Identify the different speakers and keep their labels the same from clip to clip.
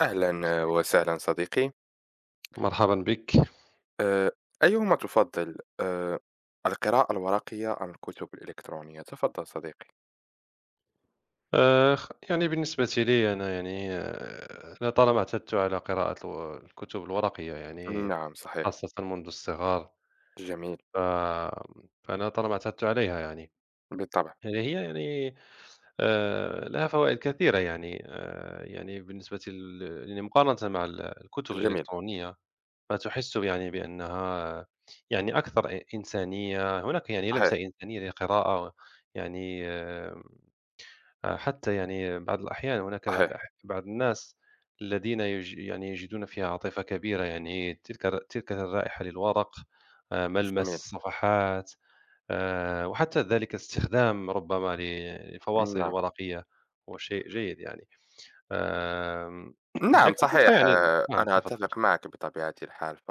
Speaker 1: أهلا وسهلا صديقي.
Speaker 2: مرحبا بك.
Speaker 1: آه، أيهما تفضل القراءة الورقية أم الكتب الإلكترونية؟ تفضل صديقي.
Speaker 2: يعني بالنسبة لي أنا يعني أنا طالما اعتدت على قراءة الكتب الورقية يعني
Speaker 1: نعم، صحيح.
Speaker 2: خاصة منذ الصغر.
Speaker 1: جميل.
Speaker 2: ف- فأنا طالما اعتدت عليها يعني.
Speaker 1: بالطبع.
Speaker 2: يعني هي يعني لها فوائد كثيرة يعني، يعني بالنسبة يعني مقارنة مع الكتب
Speaker 1: جميل.
Speaker 2: الإلكترونية. فتحس يعني بأنها يعني أكثر إنسانية، هناك يعني لمسة
Speaker 1: صحيح.
Speaker 2: إنسانية للقراءة يعني. حتى يعني بعض الأحيان هناك بعض
Speaker 1: صحيح.
Speaker 2: بعض الناس الذين يعني يجدون فيها عاطفة كبيرة، يعني تلك تلك الرائحة للورق، ملمس
Speaker 1: جميل.
Speaker 2: الصفحات، وحتى ذلك استخدام ربما للفواصل
Speaker 1: نعم.
Speaker 2: الورقية هو شيء جيد يعني. آم،
Speaker 1: نعم،
Speaker 2: لكن تبقى
Speaker 1: صحيح.
Speaker 2: يعني. نعم
Speaker 1: أنا
Speaker 2: تفضل.
Speaker 1: أتفق معك بطبيعة الحال.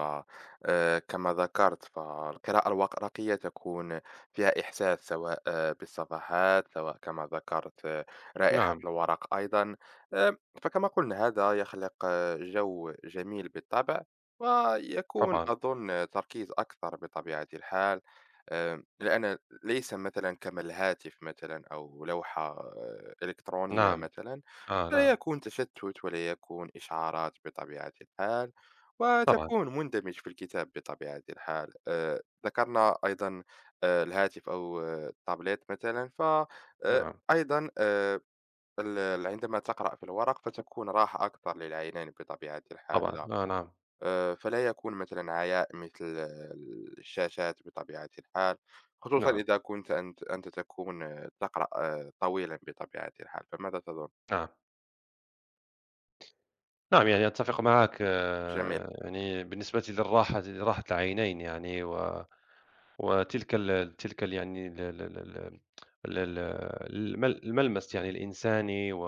Speaker 1: كما ذكرت، فالقراءة الورقية تكون فيها إحساس، سواء بالصفحات، سواء كما ذكرت رائحة
Speaker 2: نعم.
Speaker 1: الورق أيضا. آه، فكما قلنا، هذا يخلق جو جميل بالطبع، ويكون
Speaker 2: طبعا.
Speaker 1: أظن تركيز أكثر بطبيعة الحال، لأن ليس مثلا كما الهاتف مثلا أو لوحة إلكترونية
Speaker 2: نعم.
Speaker 1: مثلا، فلا
Speaker 2: نعم.
Speaker 1: يكون تشتت ولا يكون إشعارات بطبيعة الحال،
Speaker 2: طبعا.
Speaker 1: وتكون مندمج في الكتاب بطبيعة الحال. ذكرنا أيضا الهاتف أو التابلت مثلا،
Speaker 2: نعم.
Speaker 1: فأيضا عندما تقرأ في الورق فتكون راحة أكثر للعينين بطبيعة الحال.
Speaker 2: طبعا.
Speaker 1: لا،
Speaker 2: نعم.
Speaker 1: فلا يكون مثلا عياء مثل الشاشات بطبيعة الحال، خصوصا
Speaker 2: نعم.
Speaker 1: إذا كنت أنت تكون تقرأ طويلا بطبيعة الحال. فماذا تظن؟
Speaker 2: نعم. نعم، يعني أتفق معك،
Speaker 1: جميل.
Speaker 2: يعني بالنسبة للراحة لراحة العينين يعني، و وتلك ال يعني ال ال الملمس يعني الإنساني، و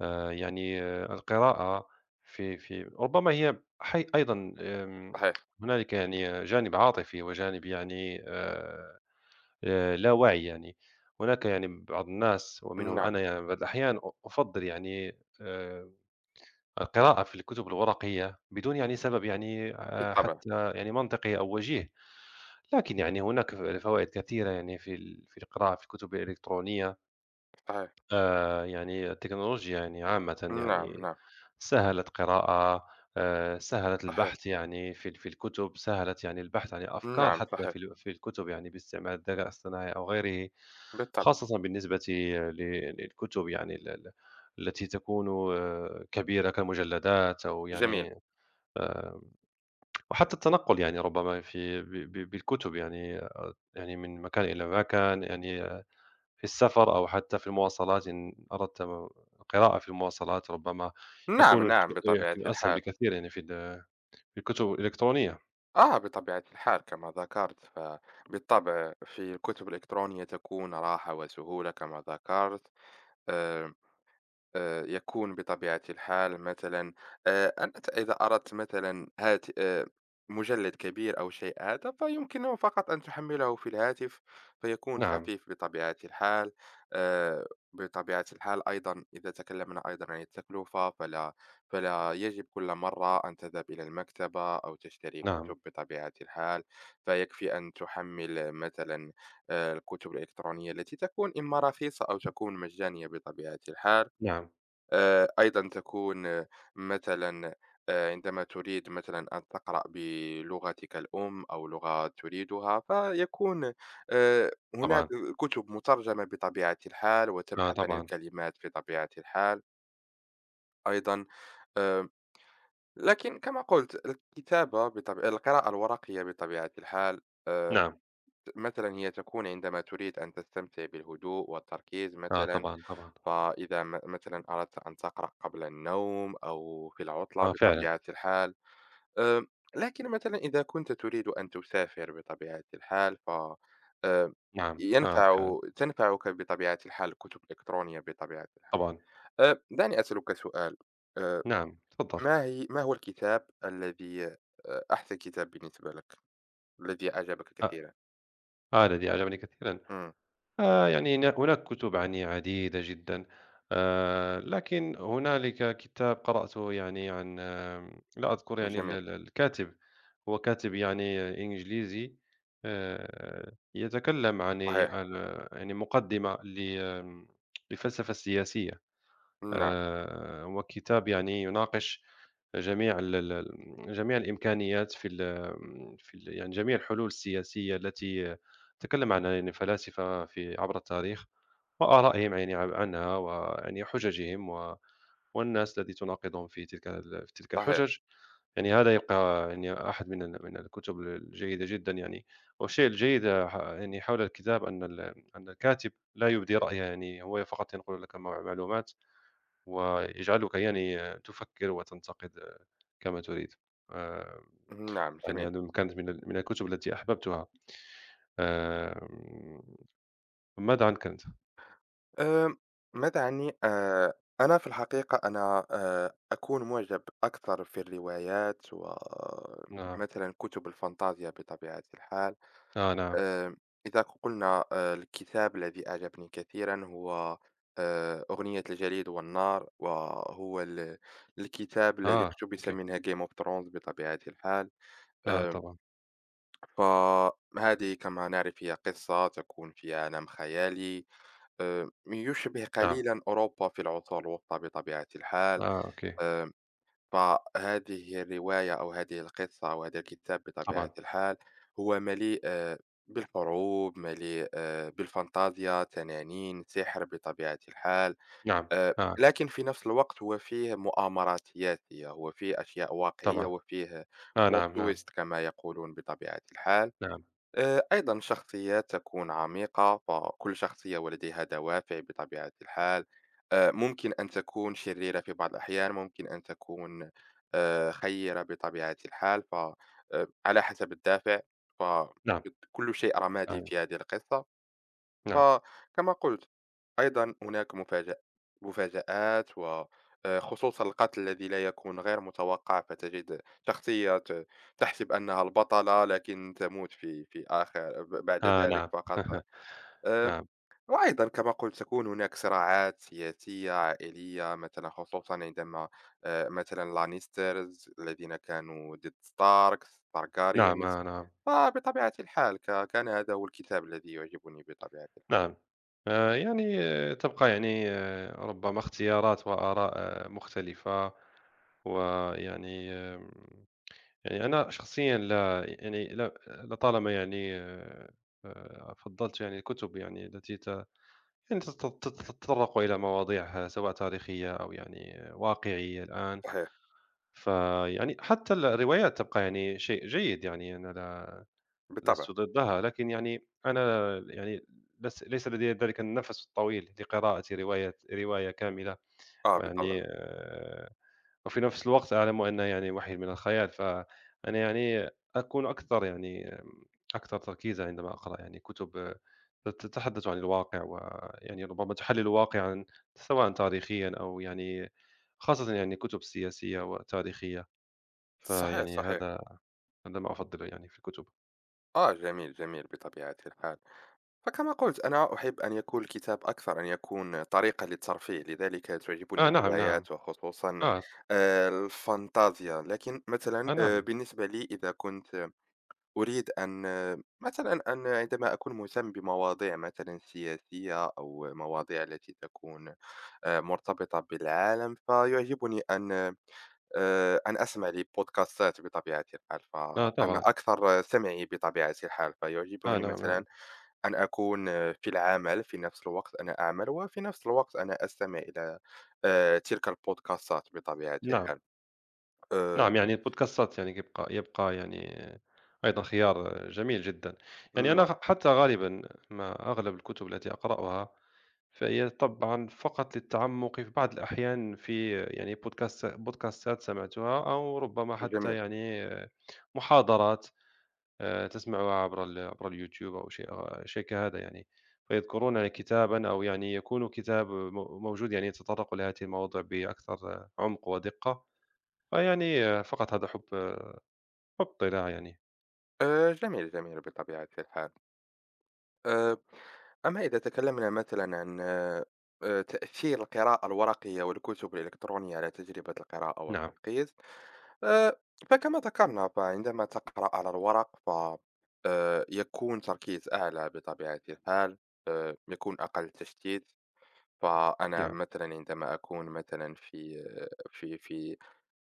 Speaker 2: يعني القراءة في ربما هي حي أيضًا.
Speaker 1: صحيح.
Speaker 2: هنالك يعني جانب عاطفي وجانب يعني لا واعي يعني، هناك يعني بعض الناس ومنهم
Speaker 1: نعم،
Speaker 2: أنا. يعني بعض الأحيان أفضّل يعني القراءة في الكتب الورقية بدون يعني سبب يعني
Speaker 1: بالطبع،
Speaker 2: حتى يعني منطقي أو وجيه، لكن يعني هناك فوائد كثيرة يعني في في القراءة في الكتب الإلكترونية.
Speaker 1: صحيح.
Speaker 2: يعني التكنولوجيا يعني عامةً
Speaker 1: نعم،
Speaker 2: يعني
Speaker 1: نعم،
Speaker 2: سهّلت قراءة، سهّلت
Speaker 1: صحيح.
Speaker 2: البحث يعني في في الكتب، سهّلت يعني البحث عن الأفكار
Speaker 1: نعم،
Speaker 2: حتى
Speaker 1: صحيح،
Speaker 2: في في الكتب، يعني باستعمال الذكاء الصناعي أو غيره،
Speaker 1: بالطبع،
Speaker 2: خاصةً بالنسبة للكتب يعني ال التي تكون كبيرة كمجلدات أو
Speaker 1: جميل.
Speaker 2: يعني. آآ، وحتى التنقل يعني ربما في ب ب بالكتب يعني، يعني من مكان إلى مكان، يعني في السفر أو حتى في المواصلات، إن أردت القراءة في المواصلات ربما
Speaker 1: نعم،
Speaker 2: يكون
Speaker 1: نعم،
Speaker 2: الشيء،
Speaker 1: بطبيعة
Speaker 2: يكون أسهل
Speaker 1: الحال.
Speaker 2: بكثير يعني في في الكتب الإلكترونية.
Speaker 1: بطبيعة الحال كما ذكرت، فبالطبع في الكتب الإلكترونية تكون راحة وسهولة كما ذكرت. آآ يكون بطبيعة الحال مثلًا أنت إذا أردت مثلًا هات مجلد كبير أو شيء هذا، فيمكنه فقط أن تحمله في الهاتف، فيكون
Speaker 2: نعم،
Speaker 1: خفيف بطبيعة الحال. آآ، بطبيعة الحال أيضًا إذا تكلمنا أيضًا عن التكلفة، فلا فلا يجب كل مرة أن تذهب إلى المكتبة أو تشتري
Speaker 2: نعم،
Speaker 1: كتب بطبيعة الحال، فيكفي أن تحمل مثلًا الكتب الإلكترونية التي تكون إما رخيصة أو تكون مجانية بطبيعة الحال.
Speaker 2: نعم،
Speaker 1: أيضًا تكون مثلًا عندما تريد مثلًا أن تقرأ بلغتك الأم أو لغة تريدها، فيكون هناك
Speaker 2: طبعًا،
Speaker 1: كتب مترجمة بطبيعة الحال، وتبحث عن
Speaker 2: طبعًا،
Speaker 1: الكلمات في طبيعة الحال أيضًا. آآ لكن كما قُلت، الكتابة بطب القراءة الورقية بطبيعة الحال آآ
Speaker 2: نعم،
Speaker 1: مثلًا هي تكون عندما تريد أن تستمتع بالهدوء والتركيز مثلًا.
Speaker 2: طبعًا، طبعًا،
Speaker 1: فإذا مثلًا أردت أن تقرأ قبل النوم أو في العُطلة
Speaker 2: فعلًا،
Speaker 1: بطبيعة الحال، آآ، لكن مثلًا إذا كنت تريد أن تسافر بطبيعة الحال آآ،
Speaker 2: نعم، فعلًا،
Speaker 1: تنفعك بطبيعة الحال الكتب الإلكترونية بطبيعة الحال.
Speaker 2: طبعًا،
Speaker 1: دعني أسألك سؤال، آآ،
Speaker 2: نعم، تفضل.
Speaker 1: ما هو الكتاب الذي أحسن كتاب بالنسبة لك، الذي أعجبك
Speaker 2: آه،
Speaker 1: كثيرًا؟
Speaker 2: الذي أعجبني كثيرًا.
Speaker 1: إمم،
Speaker 2: يعني هناك كتب عني عديدة جدا. لكن هنالك كتاب قرأته يعني عن، لا أذكر يعني
Speaker 1: جميل،
Speaker 2: الكاتب. هو كاتب يعني إنجليزي يتكلم
Speaker 1: صحيح،
Speaker 2: يعني مقدمة للفلسفة السياسية.
Speaker 1: نعم،
Speaker 2: هو كتاب يعني يناقش جميع ال ال ال جميع الإمكانيات في في يعني جميع الحلول السياسية التي تكلم عنها يعني فلاسفة في عبر التاريخ، وآرائهم يعني عنها، ويعني حججهم والناس التي تناقضهم في تلك ال في تلك
Speaker 1: صحيح،
Speaker 2: الحجج. يعني هذا يبقى يعني أحد من من الكتب الجيدة جدًا يعني، والشيء الجيد يعني حول الكتاب أن أن الكاتب لا يبدي رأيه، يعني هو فقط ينقل لك معلومات، ويجعلك يعني تفكر وتنتقد كما تريد. آآ
Speaker 1: نعم،
Speaker 2: يعني
Speaker 1: جميل.
Speaker 2: هذه كانت من من الكتب التي أحببتها. آمم، ماذا عنك أنت؟
Speaker 1: آآ، ما تعني أنا في الحقيقة أكون مُعجب أكثر في الروايات
Speaker 2: نعم.
Speaker 1: ومثلًا كُتب الفانتازيا بطبيعة الحال.
Speaker 2: نعم.
Speaker 1: آآ، إذا قُلنا الكتاب الذي أعجبني كثيرًا هو أغنية الجليد والنار، وهو ال الكتاب الذي اقتُبس
Speaker 2: أوكي.
Speaker 1: منها Game of Thrones بطبيعة الحال. آآ،
Speaker 2: طبعًا.
Speaker 1: فهذه كما نعرف هي قصة تكون في عالم خيالي. يشبه
Speaker 2: نعم.
Speaker 1: قليلًا أوروبا في العصور الوسطى بطبيعة الحال.
Speaker 2: أوكي.
Speaker 1: آآ فهذه الرواية أو هذه القصة أو هذا الكتاب
Speaker 2: طبعًا.
Speaker 1: بطبيعة الحال هو مليء بالحروب، مليء بالفانتازيا، تنانين، سحر بطبيعة الحال.
Speaker 2: نعم. آه
Speaker 1: لكن في نفس الوقت هو فيه مؤامرات سياسية، هو فيه أشياء واقعية
Speaker 2: طبعًا.
Speaker 1: وفيه plot
Speaker 2: نعم، نعم،
Speaker 1: twist كما يقولون بطبيعة الحال.
Speaker 2: نعم،
Speaker 1: أيضًا الشخصيات تكون عميقة، فكل شخصية ولديها دوافع بطبيعة الحال. ممكن أن تكون شريرة في بعض الأحيان، ممكن أن تكون خيرة بطبيعة الحال، على حسب الدافع، ف
Speaker 2: نعم،
Speaker 1: كل شيء رمادي
Speaker 2: نعم،
Speaker 1: في هذه القصة.
Speaker 2: نعم.
Speaker 1: فكما قُلت، أيضًا هناك مفاجآت خصوصًا القتل الذي لا يكون غير متوقع، فتجد شخصية تحسب أنها البطلة لكن تموت في آخر ب بعد ذلك
Speaker 2: نعم،
Speaker 1: فقط. آآ،
Speaker 2: نعم،
Speaker 1: وأيضًا كما قُلت تكون هناك صراعات سياسية، عائلية، مثلًا خصوصًا عندما مثلًا لانيسترز الذين كانوا ضد ستاركس،
Speaker 2: نعم،
Speaker 1: targaryens.
Speaker 2: نعم،
Speaker 1: فبطبيعة الحال كان هذا هو الكتاب الذي يعجبني بطبيعة الحال.
Speaker 2: نعم. يعني تبقى يعني ربما اختيارات وآراء مختلفة، ويعني يعني أنا شخصيًا لا يعني لا لطالما يعني فضّلت يعني الكتب يعني التي ت يعني تت تت تتطرق إلى مواضيع سواء تاريخية أو يعني واقعية الآن.
Speaker 1: صحيح.
Speaker 2: فيعني حتى الروايات تبقى يعني شيء جيد، يعني أنا لا
Speaker 1: بالطبع،
Speaker 2: لست ضدها، لكن يعني أنا يعني ليس لدي ذلك النفس الطويل لقراءة رواية كاملة،
Speaker 1: آه بالطبع،
Speaker 2: ويعني وفي نفس الوقت أعلم أنه يعني وحي من الخيال، فأنا يعني أكون أكثر يعني أكثر تركيزًا عندما أقرأ يعني كتب تتحدث عن الواقع، ويعني ربما تحلل واقعًا سواء تاريخيًا أو يعني، خاصةً يعني كتب سياسية وتاريخية،
Speaker 1: صحيح،
Speaker 2: فيعني
Speaker 1: صحيح،
Speaker 2: هذا ما أفضله يعني في الكتب.
Speaker 1: آه جميل، جميل بطبيعة الحال. فكما قلت، أنا أحب أن يكون الكتاب أكثر أن يكون طريقة للترفيه، لذلك تعجبني
Speaker 2: نعم، نعم.
Speaker 1: الروايات وخصوصًا
Speaker 2: آه،
Speaker 1: الفانتازيا، لكن مثلًا
Speaker 2: نعم،
Speaker 1: بالنسبة لي إذا كنت أريد أن مثلًا عندما أكون مهتم بمواضيع مثلًا سياسية أو مواضيع التي تكون مرتبطة بالعالم، فيعجبني أن أنا أسمع لبودكاستات بطبيعة الحال، فأنا
Speaker 2: طبعًا،
Speaker 1: أكثر سمعي بطبيعة الحال، فيعجبني
Speaker 2: نعم، نعم،
Speaker 1: مثلًا أن أكون في العمل في نفس الوقت أنا أعمل، وفي نفس الوقت أنا أستمع إلى تلك البودكاستات بطبيعة
Speaker 2: نعم.
Speaker 1: الحال. آآ،
Speaker 2: نعم، يعني البودكاستات يعني يبقى يعني أيضًا خيار جميل جدًا. يعني أنا
Speaker 1: نعم،
Speaker 2: حتى غالبًا ما أغلب الكتب التي أقرأها فهي طبعًا فقط للتعمُّق في بعض الأحيان في يعني بودكاستات سمعتها، أو ربما حتى
Speaker 1: جميل.
Speaker 2: يعني محاضرات تسمعها عبر عبر اليوتيوب أو شيء كهذا يعني. فيذكرون يعني كتابًا، أو يعني يكون كتاب موجود يعني يتطرق لهذه المواضيع بأكثر عمق ودقة. فيعني فقط هذا حُب فقط لا يعني.
Speaker 1: جميل، جميل بطبيعة الحال. آآ، أما إذا تكلمنا مثلًا عن تأثير القراءة الورقية والكتب الإلكترونية على تجربة القراءة
Speaker 2: نعم،
Speaker 1: والتركيز، آه، فكما ذكرنا، فعندما تقرأ على الورق يكون تركيز أعلى بطبيعة الحال، يكون أقل تشتيت. فأنا
Speaker 2: نعم،
Speaker 1: مثلًا عندما أكون مثلًا في في في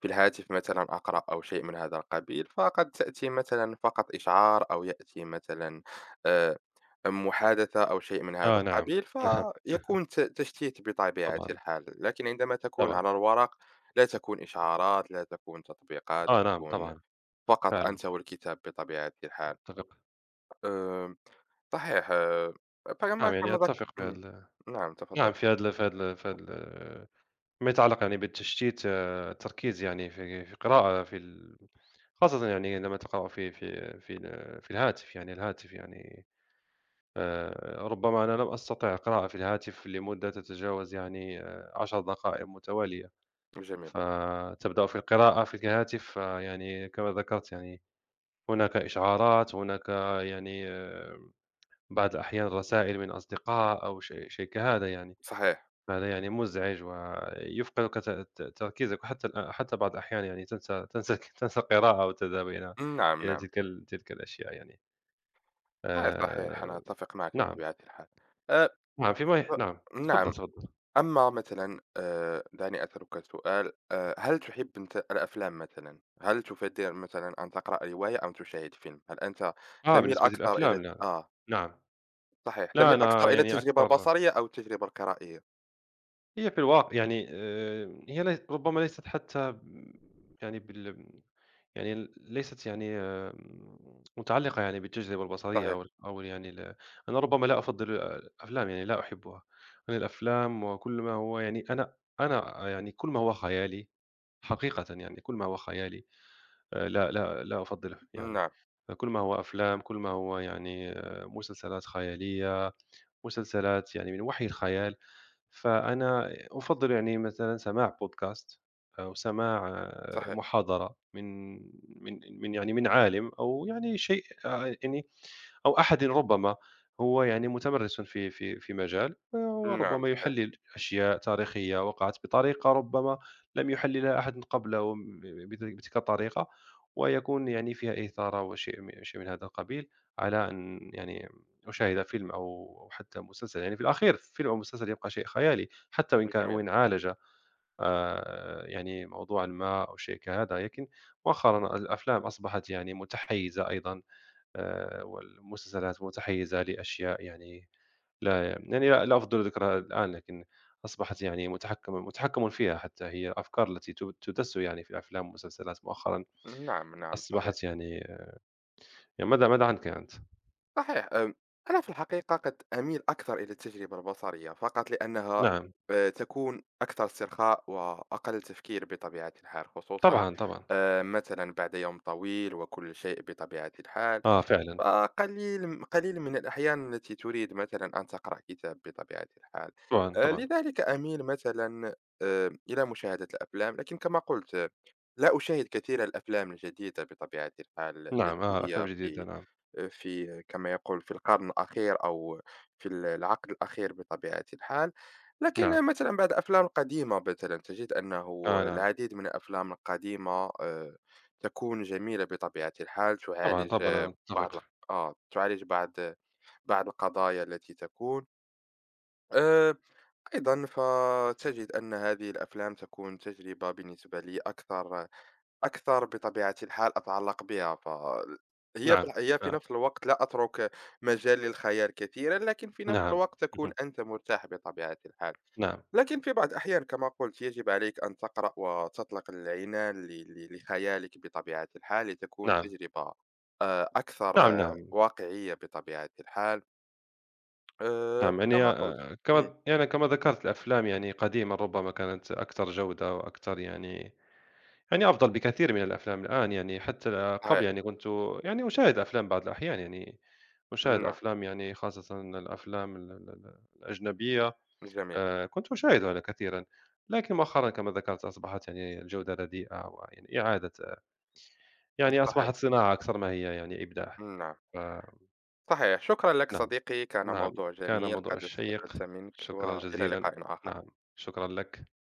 Speaker 1: في الهاتف مثلًا أقرأ أو شيء من هذا القبيل، فقد تأتي مثلًا فقط إشعار أو يأتي مثلًا آآ، محادثة أو شيء من هذا
Speaker 2: نعم،
Speaker 1: القبيل،
Speaker 2: نعم،
Speaker 1: فيكون ت تشتيت بطبيعة
Speaker 2: طبعًا،
Speaker 1: الحال، لكن عندما تكون
Speaker 2: طبعًا،
Speaker 1: على الورق لا تكون إشعارات، لا تكون تطبيقات،
Speaker 2: نعم،
Speaker 1: تكون
Speaker 2: طبعًا،
Speaker 1: فقط
Speaker 2: فعلًا
Speaker 1: أنت والكتاب بطبيعة الحال.
Speaker 2: أتفق.
Speaker 1: آآ، صحيح، أه، فكما
Speaker 2: نعم، يعني
Speaker 1: كما ذك
Speaker 2: أتفق في
Speaker 1: نعم،
Speaker 2: نعم،
Speaker 1: تفضل،
Speaker 2: في هاد ال في هاد ال في هاد ال، فيما يتعلق يعني بالتشتيت، التركيز يعني في قراءة في خاصةً يعني لمّا تقرأ في الهاتف يعني، الهاتف يعني ربما أنا لم أستطع القراءة في الهاتف لمدة تتجاوز يعني 10 دقائق متوالية.
Speaker 1: جميل،
Speaker 2: فتبدأ في القراءة في الهاتف، فيعني كما ذكرت يعني هناك إشعارات، هناك يعني بعض الأحيان رسائل من أصدقاء أو شيء كهذا يعني.
Speaker 1: صحيح.
Speaker 2: فهذا يعني مزعج، ويفقدك ت ت تركيزك، وحتى حتى بعض الأحيان يعني تنسى تنسى تنسى القراءة، أو تذهب إلى
Speaker 1: نعم، نعم،
Speaker 2: تلك الأشياء يعني.
Speaker 1: صحيح، صحيح،
Speaker 2: آآ
Speaker 1: أنا أتفق معك
Speaker 2: نعم،
Speaker 1: بطبيعة الحال. آآ،
Speaker 2: نعم فيما ي
Speaker 1: ف
Speaker 2: نعم، تفضل،
Speaker 1: نعم،
Speaker 2: تفضل.
Speaker 1: أما مثلًا دعني أسألك سؤال، هل تحب أنت الأفلام مثلًا؟ هل تفضل مثلًا أن تقرأ رواية أم تشاهد فيلم؟ هل أنت تميل
Speaker 2: بالنسبة
Speaker 1: أكثر إلى
Speaker 2: للأفلام لا. نعم.
Speaker 1: صحيح،
Speaker 2: لا،
Speaker 1: تميل أكثر
Speaker 2: أنا
Speaker 1: إلى
Speaker 2: يعني
Speaker 1: التجربة
Speaker 2: أكثر.
Speaker 1: البصرية أو التجربة القرائية؟
Speaker 2: هي في الواقع يعني هي لي ربما ليست حتى يعني يعني ليست يعني متعلقة يعني بالتجربة البصرية
Speaker 1: صحيح،
Speaker 2: أو ال أو يعني ال. أنا ربما لا أفضّل الأفلام يعني، لا أحبها. أنا الأفلام، وكل ما هو يعني أنا يعني كل ما هو خيالي حقيقةً، يعني كل ما هو خيالي لا أفضّله يعني.
Speaker 1: نعم،
Speaker 2: كل ما هو أفلام، كل ما هو يعني مسلسلات خيالية، مسلسلات يعني من وحي الخيال. فأنا أفضّل يعني مثلًا سماع podcast، أو سماع
Speaker 1: صحيح،
Speaker 2: محاضرة من يعني من عالم، أو يعني شيء يعني، أو أحد ربما هو يعني متمرِّس في مجال،
Speaker 1: نعم،
Speaker 2: وربما
Speaker 1: صحيح،
Speaker 2: يحلِّل أشياء تاريخية وقعت بطريقة ربما لم يحلِّلها أحد قبله بتلك الطريقة، ويكون يعني فيها إثارة وشيء شيء من هذا القبيل، على أن يعني أشاهد فيلم أو حتى مسلسل. يعني في الأخير فيلم أو مسلسل يبقى شيء خيالي، حتى وإن كان،
Speaker 1: جميل،
Speaker 2: وإن عالج يعني موضوعًا ما أو شيء كهذا، لكن مؤخرًا الأفلام أصبحت يعني متحيزة أيضًا، والمسلسلات متحيزة لأشياء يعني، لا يعني لا أفضل ذكرها الآن، لكن أصبحت يعني متحكم فيها حتى هي. الأفكار التي تُدَسّ يعني في الأفلام والمسلسلات مؤخرًا
Speaker 1: نعم، نعم، صحيح.
Speaker 2: أصبحت يعني. يعني ماذا عنك أنت؟
Speaker 1: صحيح، أنا في الحقيقة قد أميل أكثر إلى التجربة البصرية فقط لأنها
Speaker 2: نعم،
Speaker 1: تكون أكثر استرخاء وأقل تفكير بطبيعة الحال، خصوصا
Speaker 2: طبعًا، طبعًا.
Speaker 1: مثلا بعد يوم طويل وكل شيء بطبيعة الحال.
Speaker 2: فعلًا،
Speaker 1: قليل من الأحيان التي تريد مثلا أن تقرأ كتاب بطبيعة الحال.
Speaker 2: طبعًا، طبعًا.
Speaker 1: لذلك أميل مثلا إلى مشاهدة الأفلام، لكن كما قلت لا أشاهد كثير الأفلام الجديدة بطبيعة الحال
Speaker 2: نعم،
Speaker 1: التي
Speaker 2: أفلام
Speaker 1: هي
Speaker 2: جديدة
Speaker 1: في
Speaker 2: نعم،
Speaker 1: في كما يقول في القرن الأخير أو في العقد الأخير بطبيعة الحال.
Speaker 2: نعم،
Speaker 1: لكن مثلا بعض الأفلام القديمة مثلا، تجد أنه
Speaker 2: نعم،
Speaker 1: العديد من الأفلام القديمة آه، تكون جميلة بطبيعة الحال،
Speaker 2: طبعًا،
Speaker 1: تعالج
Speaker 2: طبعًا أنا أتفق،
Speaker 1: آه، تعالج بعض القضايا التي تكون آه، أيضا، فتجد أن هذه الأفلام تكون تجربة بالنسبة لي أكثر، أكثر بطبيعة الحال أتعلق بها.
Speaker 2: نعم،
Speaker 1: هي في
Speaker 2: آه،
Speaker 1: نفس الوقت لا أترك مجال للخيال كثيرًا، لكن في نفس
Speaker 2: نعم،
Speaker 1: الوقت تكون
Speaker 2: اهم،
Speaker 1: أنت مرتاح بطبيعة الحال.
Speaker 2: نعم،
Speaker 1: لكن في بعض الأحيان كما قلت يجب عليك أن تقرأ وتطلق العنان ل ل لخيالك بطبيعة الحال لتكون
Speaker 2: نعم،
Speaker 1: تجربة أكثر
Speaker 2: نعم، نعم،
Speaker 1: واقعية بطبيعة الحال.
Speaker 2: نعم، يعني
Speaker 1: فكما قلت. إمم،
Speaker 2: كما يعني كما ذكرت، الأفلام يعني قديمًا ربما كانت أكثر جودة وأكثر يعني، يعني أفضل بكثير من الأفلام الآن. يعني حتى قبل
Speaker 1: صحيح،
Speaker 2: يعني كنت يعني أشاهد أفلام بعض الأحيان، يعني أشاهد
Speaker 1: نعم،
Speaker 2: أفلام يعني خاصةً الأفلام ال ال ال الأجنبية،
Speaker 1: جميل،
Speaker 2: كنت أشاهدها كثيرًا. لكن مؤخرًا كما ذكرت أصبحت يعني الجودة رديئة، ويعني إعادة، يعني
Speaker 1: صحيح،
Speaker 2: أصبحت صناعة أكثر ما هي يعني إبداع.
Speaker 1: نعم.
Speaker 2: فنعم،
Speaker 1: صحيح، شكرا لك
Speaker 2: نعم،
Speaker 1: صديقي، كان
Speaker 2: نعم
Speaker 1: موضوع
Speaker 2: كان
Speaker 1: جميل،
Speaker 2: موضوع
Speaker 1: قد
Speaker 2: شيّق،
Speaker 1: استفدت منك،
Speaker 2: شكرًا
Speaker 1: وإلى
Speaker 2: جزيلًا،
Speaker 1: لقاء آخر.
Speaker 2: نعم، شكرًا لك.